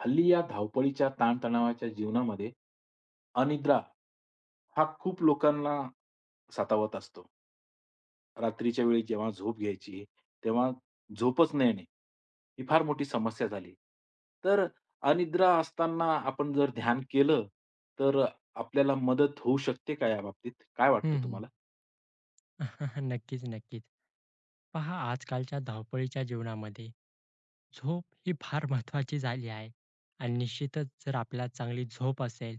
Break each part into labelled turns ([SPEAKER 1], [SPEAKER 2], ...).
[SPEAKER 1] हल्ली या धावपळीच्या ताणतणावाच्या जीवनामध्ये अनिद्रा हा खूप लोकांना सतावत असतो. रात्रीच्या वेळी जेव्हा झोप घ्यायची, तेव्हा झोपच न येणे, ही फार मोठी समस्या झाली. तर अनिद्रा असताना आपण जर ध्यान केलं, तर आपल्याला मदत होऊ शकते का याबाबतीत? काय वाटतं
[SPEAKER 2] हं, हं.
[SPEAKER 1] तुम्हाला?
[SPEAKER 2] नक्कीच, नक्कीच. पहा आजकालच्या धावपळीच्या जीवनामध्ये झोप ही फार महत्त्वाची झाली आहे आणि निश्चितच जर आपल्याला चांगली झोप असेल,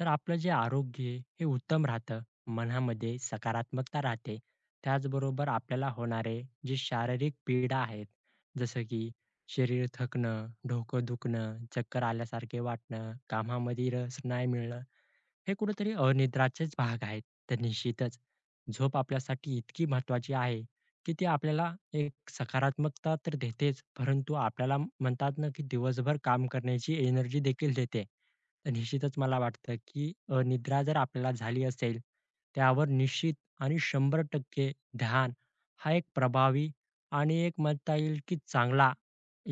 [SPEAKER 2] तर आपलं जे आरोग्य आहे हे उत्तम राहतं. मनामध्ये सकारात्मकता राहते. त्याचबरोबर आपल्याला होणारे जे शारीरिक पीडा आहेत, जसं की शरीर थकणं, डोकं दुखणं, चक्कर आल्यासारखे वाटणं, कामामध्ये रस नाही मिळणं, हे कुठेतरी अनिद्राचेच भाग आहेत. तर निश्चितच झोप आपल्यासाठी इतकी महत्वाची आहे, की ती आपल्याला एक सकारात्मकता तर देतेच, परंतु आपल्याला म्हणतात ना, की दिवसभर काम करण्याची एनर्जी देखील देते. तर निश्चितच मला वाटतं, की निद्रा जर आपल्याला झाली असेल, त्यावर निश्चित आणि 100% ध्यान हा एक प्रभावी आणि एक म्हणता येईल, की चांगला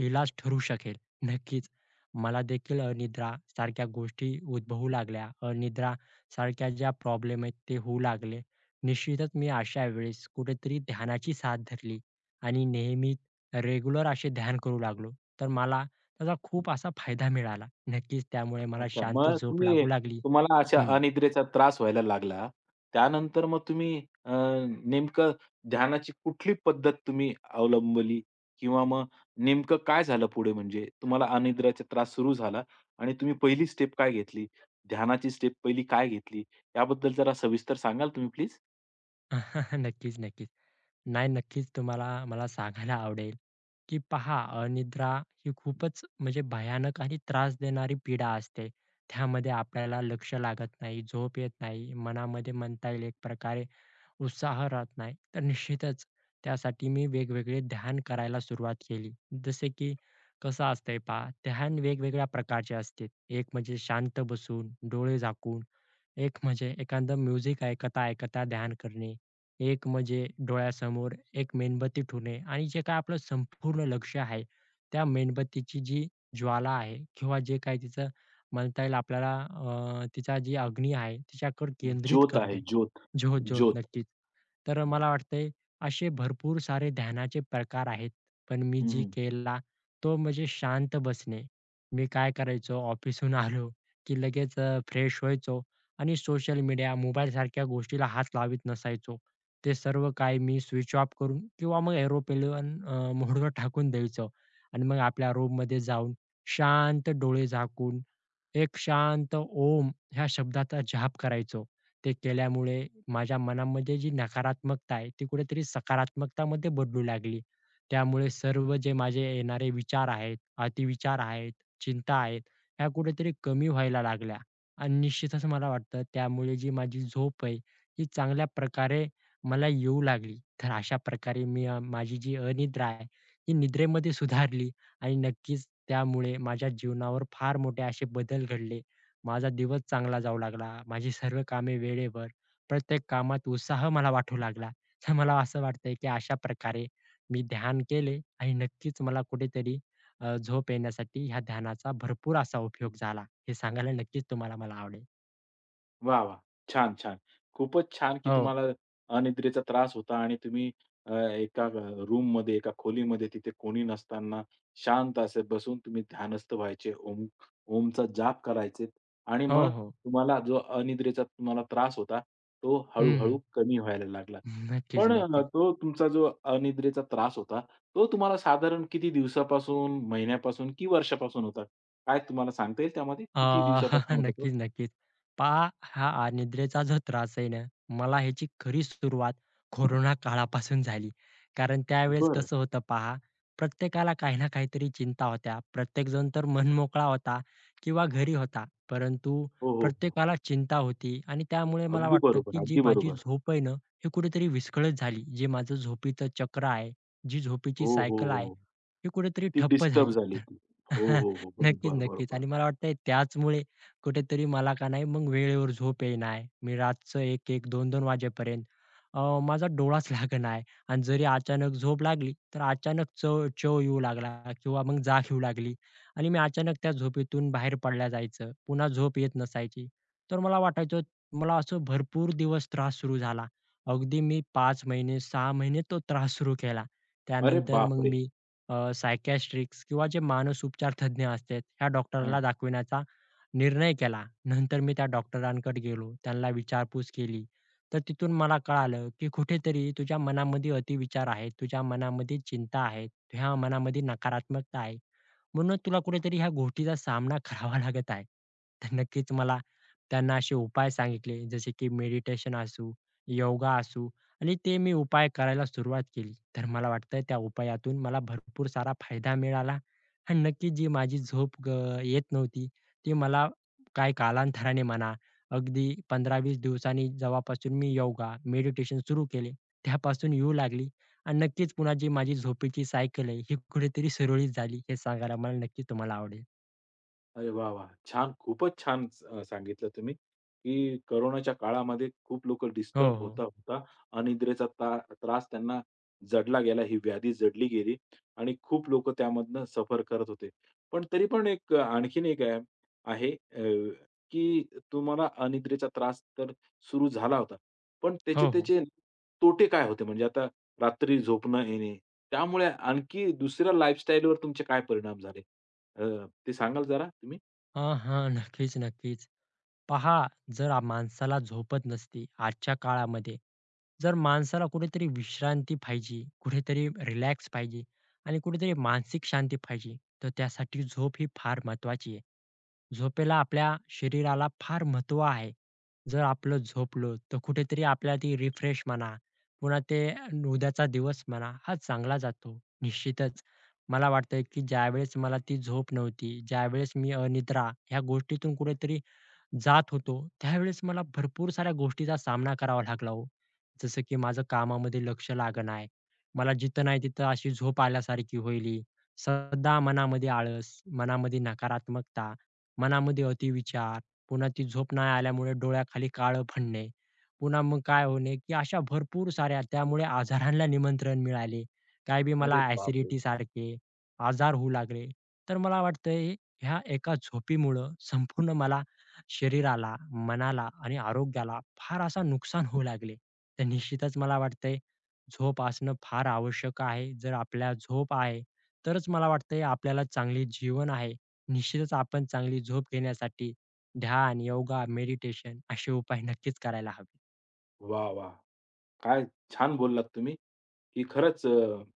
[SPEAKER 2] इलाज ठरू शकेल. नक्कीच मला देखील अनिद्रा सारख्या गोष्टी उद्भवू लागल्या. अनिद्रा सारख्या ज्या प्रॉब्लेम आहेत ते होऊ लागले. निश्चितच मी अशा वेळेस कुठेतरी ध्यानाची साथ धरली आणि नेहमी रेग्युलर असे ध्यान करू लागलो. तर मला त्याचा खूप असा फायदा मिळाला. नक्कीच त्यामुळे मला
[SPEAKER 1] अच्छा.
[SPEAKER 2] शांत
[SPEAKER 1] मग
[SPEAKER 2] झोप
[SPEAKER 1] तुम्ही
[SPEAKER 2] लागू लागली.
[SPEAKER 1] तुम्हाला अशा
[SPEAKER 2] हं.
[SPEAKER 1] अनिद्रेचा त्रास व्हायला लागला. त्यानंतर मग तुम्ही अ, नेमकं ध्यानाची कुठली पद्धत तुम्ही अवलंबली? किंवा मग नेमकं काय झालं पुढे म्हणजे? तुम्हाला अनिद्रेचा त्रास सुरू झाला आणि तुम्ही पहिली स्टेप काय घेतली? ध्यानाची स्टेप पहिली काय घेतली? याबद्दल जरा सविस्तर सांगाल तुम्ही प्लीज?
[SPEAKER 2] नक्कीच, नक्कीच. नाही, नक्कीच तुम्हाला मला सांगायला आवडेल, की पहा अनिद्रा ही खूपच म्हणजे भयानक आणि त्रास देणारी पीडा असते. त्यामध्ये आपल्याला लक्ष लागत नाही, झोप येत नाही, मनामध्ये म्हणता येईल एक प्रकारे उत्साह राहत नाही. तर निश्चितच त्यासाठी मी वेगवेगळे ध्यान करायला सुरुवात केली. जसे की कसं असतंय पहा, ध्यान वेगवेगळ्या प्रकारचे असते. एक म्हणजे शांत बसून, डोळे झाकून एक म्हणजे एखादं म्युझिक ऐकता ऐकता ध्यान करणे, एक म्हणजे डोळ्यासमोर एक मेणबत्ती ठेवणे आणि जे काय आपलं संपूर्ण लक्ष आहे, त्या मेणबत्तीची जी ज्वाला आहे किंवा जे काही तिचं म्हणता येईल आपल्याला तिचा जी अग्नी आहे तिच्याकडे केंद्रित
[SPEAKER 1] ज्योत आहे
[SPEAKER 2] करणे.
[SPEAKER 1] ज्योत,
[SPEAKER 2] झोत, झोत
[SPEAKER 1] ज्योत.
[SPEAKER 2] नक्कीच. तर
[SPEAKER 1] हं.
[SPEAKER 2] मला वाटतंय असे भरपूर सारे ध्यानाचे प्रकार आहेत. पण मी जी
[SPEAKER 1] हं,
[SPEAKER 2] केला तो म्हणजे शांत बसणे. मी काय करायचो ऑफिसहून आलो की लगेच फ्रेश व्हायचो आणि सोशल मीडिया, मोबाईलसारख्या गोष्टीला हात लावित नसायचो. ते सर्व काही मी स्विच ऑफ करून किंवा मग एरोप्लेन मोडवर टाकून द्यायचो आणि मग आपल्या रूममध्ये जाऊन शांत डोळे झाकून एक शांत ओम ह्या शब्दाचा जाप करायचो. ते केल्यामुळे माझ्या मनामध्ये जी नकारात्मकता आहे, ती कुठेतरी सकारात्मकतामध्ये बदलू लागली. त्यामुळे सर्व जे माझे येणारे विचार आहेत, अतिविचार आहेत, चिंता आहेत, ह्या कुठेतरी कमी व्हायला लागल्या आणि निश्चितच मला वाटतं त्यामुळे जी माझी झोप आहे, ही चांगल्या प्रकारे मला येऊ लागली. तर अशा प्रकारे मी माझी जी अनिद्रा आहे, ही निद्रेमध्ये सुधारली. आणि नक्कीच त्यामुळे माझ्या जीवनावर फार मोठे असे बदल घडले. माझा दिवस चांगला जाऊ लागला. माझी सर्व कामे वेळेवर, प्रत्येक कामात उत्साह मला वाटू लागला. तर मला असं वाटतंय, की अशा प्रकारे मी ध्यान केले आणि नक्कीच मला कुठेतरी झोप येण्यासाठी ह्या ध्यानाचा भरपूर असा उपयोग झाला. हे सांगायला नक्कीच तुम्हाला मला आवडेल.
[SPEAKER 1] वाह! वाह! छान, छान. खूपच छान, की
[SPEAKER 2] हो.
[SPEAKER 1] तुम्हाला अनिद्रेचा त्रास होता आणि तुम्ही एका रूममध्ये, एका खोलीमध्ये तिथे कोणी नसताना शांत असे बसून तुम्ही ध्यानस्थ व्हायचे. ओम ओमचा जाप करायचे आणि
[SPEAKER 2] हो,
[SPEAKER 1] मग
[SPEAKER 2] हो.
[SPEAKER 1] तुम्हाला जो अनिद्रेचा त्रास होता, तो
[SPEAKER 2] हं,
[SPEAKER 1] हळू
[SPEAKER 2] हं.
[SPEAKER 1] कमी व्हायला लागला.
[SPEAKER 2] नक्कीच,
[SPEAKER 1] पण
[SPEAKER 2] नक्कीच.
[SPEAKER 1] तो तुमचा जो अनिद्रेचा त्रास होता, तो तुम्हाला साधारण किती दिवसापासून, महिन्यापासून की वर्षापासून होता? काय तुम्हाला सांगता येईल त्यामध्ये?
[SPEAKER 2] अ,
[SPEAKER 1] किती दिवसापासून होता तो?
[SPEAKER 2] नक्कीच, नक्कीच. पहा हा निद्रेचा जो त्रास आहे ना, मला ह्याची खरी सुरुवात कोरोना काळापासून झाली. कारण त्यावेळेस
[SPEAKER 1] बरं.
[SPEAKER 2] कसं होतं पहा, प्रत्येकाला काही ना काहीतरी चिंता होत्या. प्रत्येकजण तर मनमोकळा होता किंवा घरी होता. परंतु
[SPEAKER 1] हो, हो, हो.
[SPEAKER 2] प्रत्येकाला चिंता होती आणि त्यामुळे मला
[SPEAKER 1] अगदी
[SPEAKER 2] वाटतं,
[SPEAKER 1] बरोबर,
[SPEAKER 2] की जी
[SPEAKER 1] अगदी
[SPEAKER 2] माझी
[SPEAKER 1] बरोबर.
[SPEAKER 2] झोप आहे ना, हे कुठेतरी विस्कळीत झाली. जे माझं झोपेचं चक्र आहे, जी
[SPEAKER 1] हो,
[SPEAKER 2] झोपेची
[SPEAKER 1] हो,
[SPEAKER 2] सायकल
[SPEAKER 1] हो.
[SPEAKER 2] आहे,
[SPEAKER 1] हो.
[SPEAKER 2] ही कुठेतरी
[SPEAKER 1] ती
[SPEAKER 2] ठप्प
[SPEAKER 1] डिस्टर्ब
[SPEAKER 2] झाली.
[SPEAKER 1] झाली ती. हो, हो, हो.
[SPEAKER 2] नक्कीच,
[SPEAKER 1] बरोबर,
[SPEAKER 2] नक्कीच.
[SPEAKER 1] बरोबर.
[SPEAKER 2] आणि मला वाटतंय त्याचमुळे कुठेतरी मला का नाही मग वेळेवर झोप येईना आहे. मी रातचं 1-1, 2-2 वाजेपर्यंत माझा डोळाच लागेना आहे आणि जरी अचानक झोप लागली, तर अचानक चव चव येऊ लागला किंवा मग जाग येऊ लागली आणि मी अचानक त्या झोपेतून बाहेर पडल्या जायचं. पुन्हा झोप येत नसायची. तर मला वाटायचं मला असं भरपूर दिवस त्रास सुरू झाला. अगदी मी 5 महिने, 6 महिने तो त्रास सुरू केला.
[SPEAKER 1] अरे
[SPEAKER 2] त्यानंतर मग
[SPEAKER 1] बापरे!
[SPEAKER 2] मी सायकियाट्रिस्ट किंवा जे मानसोपचार तज्ञ असतात, ह्या
[SPEAKER 1] हां.
[SPEAKER 2] डॉक्टरला दाखविण्याचा निर्णय केला. नंतर मी त्या डॉक्टरांकडे गेलो. त्यांना विचारपूस केली. तर तिथून मला कळालं, की कुठेतरी तुझ्या मनामध्ये अतिविचार आहेत. तुझ्या मनामध्ये चिंता आहेत. तुझ्या मनामध्ये नकारात्मकता आहे. म्हणून तुला कुठेतरी ह्या गोष्टीचा सामना करावा लागत आहे. तर नक्कीच मला त्यांना असे उपाय सांगितले, जसे की मेडिटेशन असू, योगा असू आणि ते मी उपाय करायला सुरुवात केली. तर मला वाटतं त्या उपायातून मला भरपूर सारा फायदा मिळाला आणि नक्कीच जी माझी झोप ग येत नव्हती, ती मला काय कालांतराने म्हणा, अगदी 15-20 दिवसांनी जेव्हापासून मी योगा, मेडिटेशन सुरू केले, त्यापासून येऊ लागली आणि नक्कीच पुन्हा जी माझी झोपेची सायकल आहे, ही कुठेतरी सुरळीत झाली, हे सांगायला मला नक्कीच तुम्हाला आवडेल.
[SPEAKER 1] अरे वाह! वाह! छान. खूपच छान सांगितलं तुम्ही, की कोरोनाच्या काळामध्ये खूप लोकं
[SPEAKER 2] हो,
[SPEAKER 1] डिस्टर्ब
[SPEAKER 2] हो.
[SPEAKER 1] होता-होता अनिद्रेचा त्रास त्यांना जडला गेला, ही व्याधी जडली गेली आणि खूप लोकं त्यामधनं सफर करत होते. पण तरी पण एक आणखीन एक आहे आहे अ, की तुम्हाला अनिद्रेचा त्रास तर सुरू झाला होता. पण त्याचे
[SPEAKER 2] हो, हो.
[SPEAKER 1] त्याचे तोटे काय होते? म्हणजे आता रात्री झोप न येणे, त्यामुळे आणखी दुसऱ्या लाईफस्टाईलवर तुमचे काय परिणाम झाले? ते सांगाल जरा तुम्ही?
[SPEAKER 2] हां, हां. नक्कीच, नक्कीच. पहा, जर माणसाला झोपत नसती आजच्या काळामध्ये, जर माणसाला कुठेतरी विश्रांती पाहिजे, कुठेतरी रिलॅक्स पाहिजे आणि कुठेतरी मानसिक शांती पाहिजे, तर त्यासाठी झोप ही फार महत्त्वाची आहे. झोपेला आपल्या शरीराला फार महत्त्व आहे. जर आपलं झोपलो तर कुठेतरी आपल्याला ती रिफ्रेश म्हणा, पुन्हा ते उद्याचा दिवस म्हणा, हा चांगला जातो. निश्चितच मला वाटतंय, की ज्यावेळेस मला ती झोप नव्हती, ज्यावेळेस मी अनिद्रा ह्या गोष्टीतून कुठेतरी जात होतो, त्यावेळेस मला भरपूर साऱ्या गोष्टीचा सामना करावा लागला हो. जसं की माझं कामामध्ये लक्ष लागेना आहे. मला जिथं नाही तिथं अशी झोप आल्यासारखी होईल. सदा मनामध्ये आळस, मनामध्ये नकारात्मकता, मनामध्ये अतिविचार, पुन्हा ती झोप नाही आल्यामुळे डोळ्याखाली काळं पडणे, पुन्हा मग काय होणे, की अशा भरपूर साऱ्या त्यामुळे आजारांना निमंत्रण मिळाले. काय बी मला
[SPEAKER 1] अरे बापरे!
[SPEAKER 2] ॲसिडिटी सारखे आजार होऊ लागले. तर मला वाटतंय ह्या एका झोपीमुळं संपूर्ण मला शरीराला, मनाला आणि आरोग्याला फार असा नुकसान होऊ लागले. तर निश्चितच मला वाटतंय झोप असणं फार आवश्यक आहे. जर आपल्याला झोप आहे, तरच मला वाटतंय आपल्याला चांगले जीवन आहे. निश्चितच आपण चांगली झोप घेण्यासाठी ध्यान, योगा, मेडिटेशन असे उपाय नक्कीच करायला हवे.
[SPEAKER 1] वाह, वाह! काय छान बोललात तुम्ही, की खरंच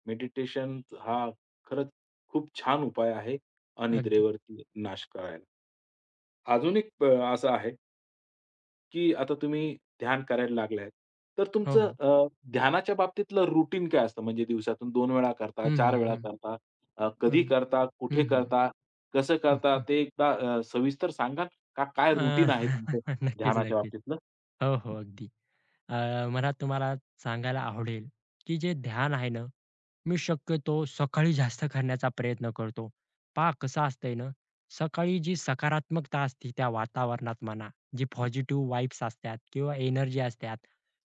[SPEAKER 1] मेडिटेशन हा खरंच खूप छान उपाय आहे
[SPEAKER 2] अगदी.
[SPEAKER 1] अनिद्रेवरती नाश करायला. अजून एक असं आहे की आता तुम्ही ध्यान करायला लागलाय. तर
[SPEAKER 2] हो,
[SPEAKER 1] तुमचं
[SPEAKER 2] हो.
[SPEAKER 1] ध्यानाच्या बाबतीतलं रुटीन काय असतं? म्हणजे दिवसातून 2 वेळा करता,
[SPEAKER 2] हं,
[SPEAKER 1] 4
[SPEAKER 2] हं,
[SPEAKER 1] वेळा
[SPEAKER 2] हं.
[SPEAKER 1] करता, कधी
[SPEAKER 2] अगदी.
[SPEAKER 1] करता,
[SPEAKER 2] हं,
[SPEAKER 1] कुठे
[SPEAKER 2] हं.
[SPEAKER 1] करता, कसं
[SPEAKER 2] हं,
[SPEAKER 1] करता?
[SPEAKER 2] हं.
[SPEAKER 1] ते एकदा सविस्तर सांगाल का? काय
[SPEAKER 2] अ,
[SPEAKER 1] रुटीन आहे तुमचं
[SPEAKER 2] नक्कीच,
[SPEAKER 1] ध्यानाच्या
[SPEAKER 2] नक्कीच.
[SPEAKER 1] बाबतीतलं?
[SPEAKER 2] हो, हो. अगदी. अ, मला तुम्हाला सांगायला आवडेल, की जे ध्यान आहे ना मी शक्यतो सकाळी जास्त करण्याचा प्रयत्न करतो. पहा कसं असतंय ना, सकाळी जी सकारात्मकता असते त्या वातावरणात म्हणा, जी पॉझिटिव्ह वाइब्स असतात किंवा एनर्जी असतात,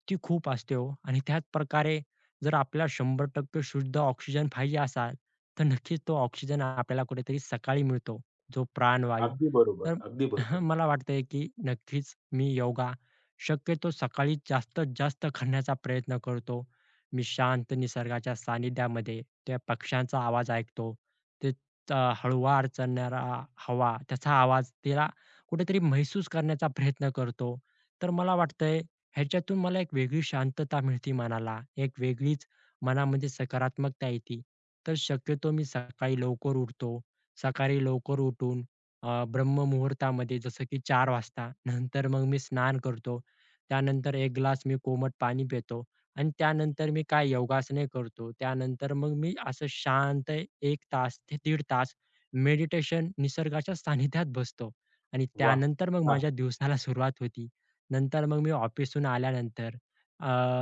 [SPEAKER 2] ती खूप असते हो. आणि त्याच प्रकारे जर आपल्याला 100% शुद्ध ऑक्सिजन पाहिजे असाल, तर नक्कीच तो ऑक्सिजन आपल्याला कुठेतरी सकाळी मिळतो, जो प्राणवायू.
[SPEAKER 1] अगदी
[SPEAKER 2] तर
[SPEAKER 1] बरोबर, अगदी बरोबर.
[SPEAKER 2] मला वाटतंय की नक्कीच मी योगा शक्यतो सकाळी जास्तीत जास्त करण्याचा प्रयत्न करतो. मी शांत निसर्गाच्या सानिध्यामध्ये त्या पक्ष्यांचा आवाज ऐकतो. ते हळुवार चढणारा हवा, त्याचा आवाज तिला कुठेतरी महसूस करण्याचा प्रयत्न करतो. तर मला वाटतंय ह्याच्यातून मला एक वेगळी शांतता मिळते मनाला. एक वेगळीच मनामध्ये सकारात्मकता येते. तर शक्यतो मी सकाळी लवकर उठतो. सकाळी लवकर उठून ब्रह्ममुहूर्तामध्ये जसं की 4 वाजता नंतर मग मी स्नान करतो. त्यानंतर 1 ग्लास मी कोमट पाणी पितो. आणि त्यानंतर मी काय योगासने करतो. त्यानंतर मग मी असं शांत 1 तास ते दीड तास मेडिटेशन निसर्गाच्या सानिध्यात बसतो आणि
[SPEAKER 1] वाह!
[SPEAKER 2] त्यानंतर मग
[SPEAKER 1] छान.
[SPEAKER 2] माझ्या दिवसाला सुरुवात होती. नंतर मग मी ऑफिसहून आल्यानंतर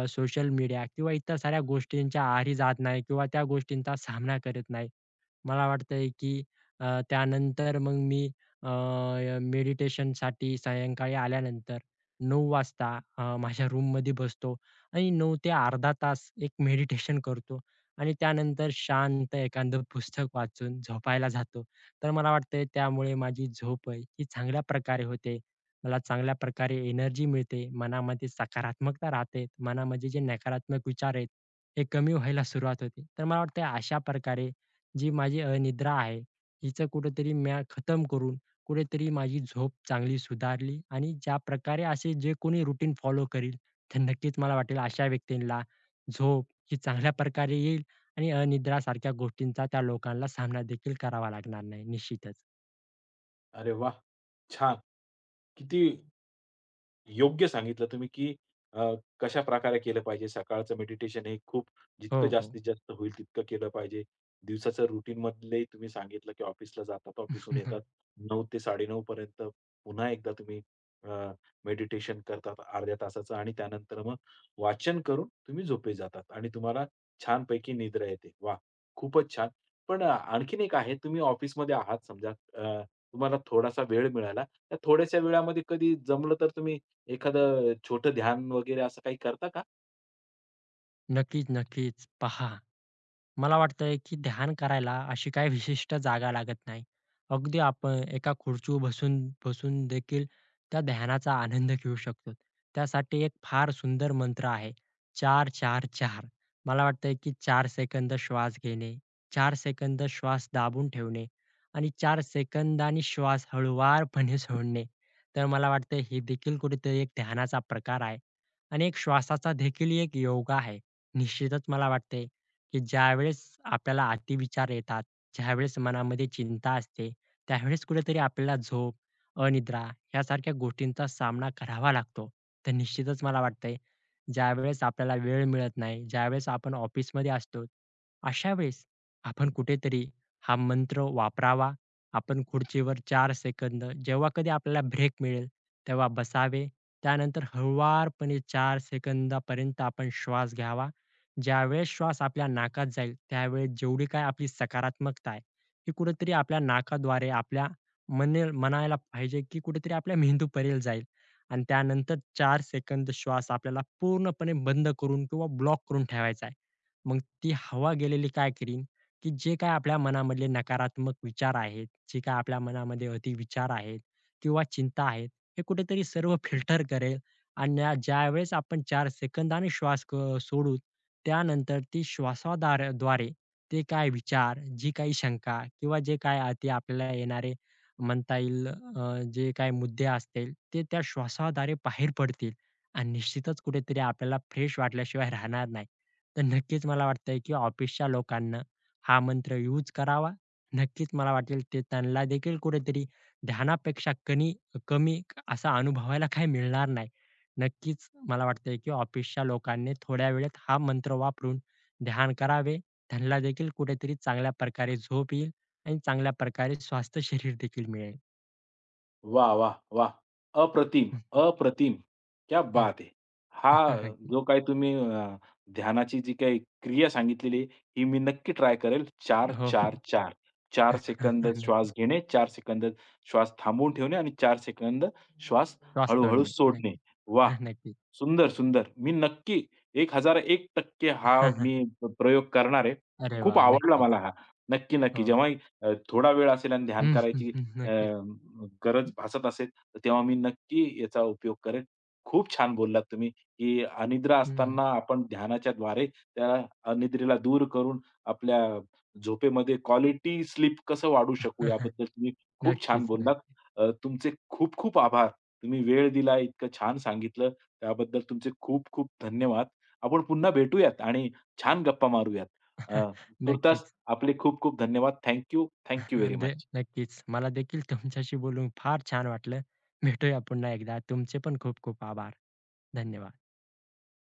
[SPEAKER 2] सोशल मीडिया किंवा इतर साऱ्या गोष्टींच्या आहारी जात नाही किंवा त्या गोष्टींचा सामना करत नाही. मला वाटतंय की त्यानंतर मग मी मेडिटेशनसाठी सायंकाळी आल्यानंतर 9 वाजता माझ्या रूममध्ये बसतो. आणि 9 ते अर्धा तास एक मेडिटेशन करतो आणि त्यानंतर शांत एखादं पुस्तक वाचून झोपायला जातो. तर मला वाटतंय त्यामुळे माझी झोप आहे ही चांगल्या प्रकारे होते. मला चांगल्या प्रकारे एनर्जी मिळते. मनामध्ये सकारात्मकता राहते. मनामध्ये जे नकारात्मक विचार आहेत, हे कमी व्हायला सुरुवात होते. तर मला वाटतंय अशा प्रकारे जी माझी अनिद्रा आहे, हिचं कुठेतरी म्या खतम करून कुठेतरी माझी झोप चांगली सुधारली आणि ज्याप्रकारे असे जे कोणी रूटीन फॉलो करील, तर नक्कीच मला वाटेल अशा व्यक्तींना झोप ही चांगल्या प्रकारे येईल आणि अनिद्रासारख्या गोष्टींचा त्या लोकांना सामना देखील करावा लागणार नाही निश्चितच.
[SPEAKER 1] अरे वाह! छान. किती योग्य सांगितलं तुम्ही, की अ, कशाप्रकारे केलं पाहिजे. सकाळचं मेडिटेशन हे खूप जितकं
[SPEAKER 2] हो, हो.
[SPEAKER 1] जास्तीत जास्त होईल तितकं केलं पाहिजे. दिवसाचं रुटीनमधले तुम्ही सांगितलं, की ऑफिसला जातात, ऑफिसहून येतात. 9:00 ते 9:30 पर्यंत पुन्हा एकदा तुम्ही मेडिटेशन करतात अर्ध्या तासाचं आणि त्यानंतर मग वाचन करून तुम्ही झोपी जातात आणि तुम्हाला छानपैकी निद्रा येते. वाह! खूपच छान. पण आणखीन एक आहे, तुम्ही ऑफिसमध्ये आहात समजा, तुम्हाला थोडासा वेळ मिळाला. त्या थोड्याशा वेळामध्ये कधी जमलं तर तुम्ही एखादं छोटं ध्यान वगैरे असं काही करता का?
[SPEAKER 2] नक्कीच, नक्कीच. पहा, मला वाटतंय की ध्यान करायला अशी काही विशिष्ट जागा लागत नाही. अगदी आपण एका खुर्चीवर बसून बसून देखील त्या ध्यानाचा आनंद घेऊ शकतो. त्यासाठी एक फार सुंदर मंत्र आहे. चार चार चार, मला वाटतंय की 4 सेकंद श्वास घेणे, 4 सेकंद श्वास दाबून ठेवणे आणि 4 सेकंदांनी श्वास हळूवारपणे सोडणे. तर मला वाटतंय हे देखील कुठेतरी एक ध्यानाचा प्रकार आहे आणि एक श्वासाचा देखील एक योगा आहे. निश्चितच मला वाटतंय, की ज्यावेळेस आपल्याला अतिविचार येतात, ज्यावेळेस मनामध्ये चिंता असते, त्यावेळेस कुठेतरी आपल्याला झोप, अनिद्रा यासारख्या गोष्टींचा सामना करावा लागतो. तर निश्चितच मला वाटतंय, ज्यावेळेस आपल्याला वेळ मिळत नाही, ज्यावेळेस आपण ऑफिसमध्ये असतो, अशा वेळेस आपण कुठेतरी हा मंत्र वापरावा. आपण खुर्चीवर 4 सेकंद जेव्हा कधी आपल्याला ब्रेक मिळेल, तेव्हा बसावे. त्यानंतर हळुवारपणे 4 सेकंदापर्यंत आपण श्वास घ्यावा ज्यावेळेस श्वास आपल्या नाकात जाईल, त्यावेळेस जेवढी काय आपली सकारात्मकता आहे, ही कुठेतरी आपल्या नाकाद्वारे आपल्या म्हणेल म्हणायला पाहिजे, की कुठेतरी आपल्या मेंदूपर्यंत जाईल आणि त्यानंतर 4 सेकंद श्वास आपल्याला पूर्णपणे बंद करून किंवा ब्लॉक करून ठेवायचा आहे. मग ती हवा गेलेली काय करीन, की जे काय आपल्या मनामधले नकारात्मक विचार आहेत, जे काय आपल्या मनामध्ये अतिविचार आहेत किंवा चिंता आहेत, हे कुठेतरी सर्व फिल्टर करेल आणि ज्यावेळेस आपण 4 सेकंदाने श्वास क सोडू त्यानंतर ती श्वासादार द्वारे ते काय विचार, जी काही शंका किंवा जे काय अति आपल्याला येणारे म्हणता येईल जे काही मुद्दे असतील ते त्या श्वासाद्वारे बाहेर पडतील आणि निश्चितच कुठेतरी आपल्याला फ्रेश वाटल्याशिवाय राहणार नाही. तर नक्कीच मला वाटतंय की ऑफिसच्या लोकांना हा मंत्र यूज करावा. नक्कीच मला वाटेल ते त्यांना देखील कुठेतरी ध्यानापेक्षा कमी असा अनुभवायला काही मिळणार नाही. नक्कीच मला वाटतंय, की ऑफिसच्या लोकांनी थोड्या वेळेत हा मंत्र वापरून ध्यान करावे. त्यांना देखील कुठेतरी चांगल्या प्रकारे झोप येईल आणि चांगल्या प्रकारे स्वास्थ्य शरीर देखील मिळेल.
[SPEAKER 1] वा, वा, वाह! अप्रतिम, अप्रतिम! क्या बात है! हा
[SPEAKER 2] नक्की.
[SPEAKER 1] जो काही तुम्ही ध्यानाची जी काही क्रिया सांगितलेली आहे, ही मी नक्की ट्राय करेल.
[SPEAKER 2] हो, हो.
[SPEAKER 1] 4-4-4. 4 सेकंद
[SPEAKER 2] नक्की.
[SPEAKER 1] श्वास घेणे, 4 सेकंद श्वास थांबवून ठेवणे आणि 4 सेकंद श्वास
[SPEAKER 2] श्वास
[SPEAKER 1] हळू-हळू
[SPEAKER 2] सोडणे.
[SPEAKER 1] सोडणे.
[SPEAKER 2] नक्की.
[SPEAKER 1] वा,
[SPEAKER 2] नक्की.
[SPEAKER 1] सुंदर, सुंदर. मी नक्की 1001% हा मी प्रयोग करणार आहे.
[SPEAKER 2] अरे
[SPEAKER 1] खूप
[SPEAKER 2] वा
[SPEAKER 1] आवडला
[SPEAKER 2] नक्कीच.
[SPEAKER 1] मला हा. नक्की, नक्की.
[SPEAKER 2] हो.
[SPEAKER 1] जेव्हाही थोडा वेळ असेल आणि ध्यान
[SPEAKER 2] हं, हं,
[SPEAKER 1] करायची
[SPEAKER 2] हं.
[SPEAKER 1] अ,
[SPEAKER 2] नक्कीच.
[SPEAKER 1] गरज भासत असेल, तर तेव्हा मी नक्की याचा उपयोग करेन. खूप छान बोललात तुम्ही, की अनिद्रा
[SPEAKER 2] हं.
[SPEAKER 1] असताना आपण ध्यानाच्या द्वारे, त्या अनिद्रेला दूर करून आपल्या झोपेमध्ये क्वालिटी स्लीप कसं वाढवू शकू याबद्दल तुम्ही खूप छान
[SPEAKER 2] नक्कीच,
[SPEAKER 1] बोललात.
[SPEAKER 2] नक्की.
[SPEAKER 1] तुमचे खूप खूप आभार. तुम्ही वेळ दिला, इतकं छान सांगितलं त्याबद्दल तुमचे खूप खूप धन्यवाद. आपण पुन्हा भेटूयात आणि छान गप्पा मारूयात. अ, तुर्तास
[SPEAKER 2] नक्कीच.
[SPEAKER 1] आपले खूप खूप धन्यवाद. Thank you. Very
[SPEAKER 2] they
[SPEAKER 1] much.
[SPEAKER 2] नक्कीच. मला देखील तुमच्याशी बोलून फार छान वाटलं. भेटूया पुन्हा एकदा. तुमचे पण खूप खूप आभार. धन्यवाद.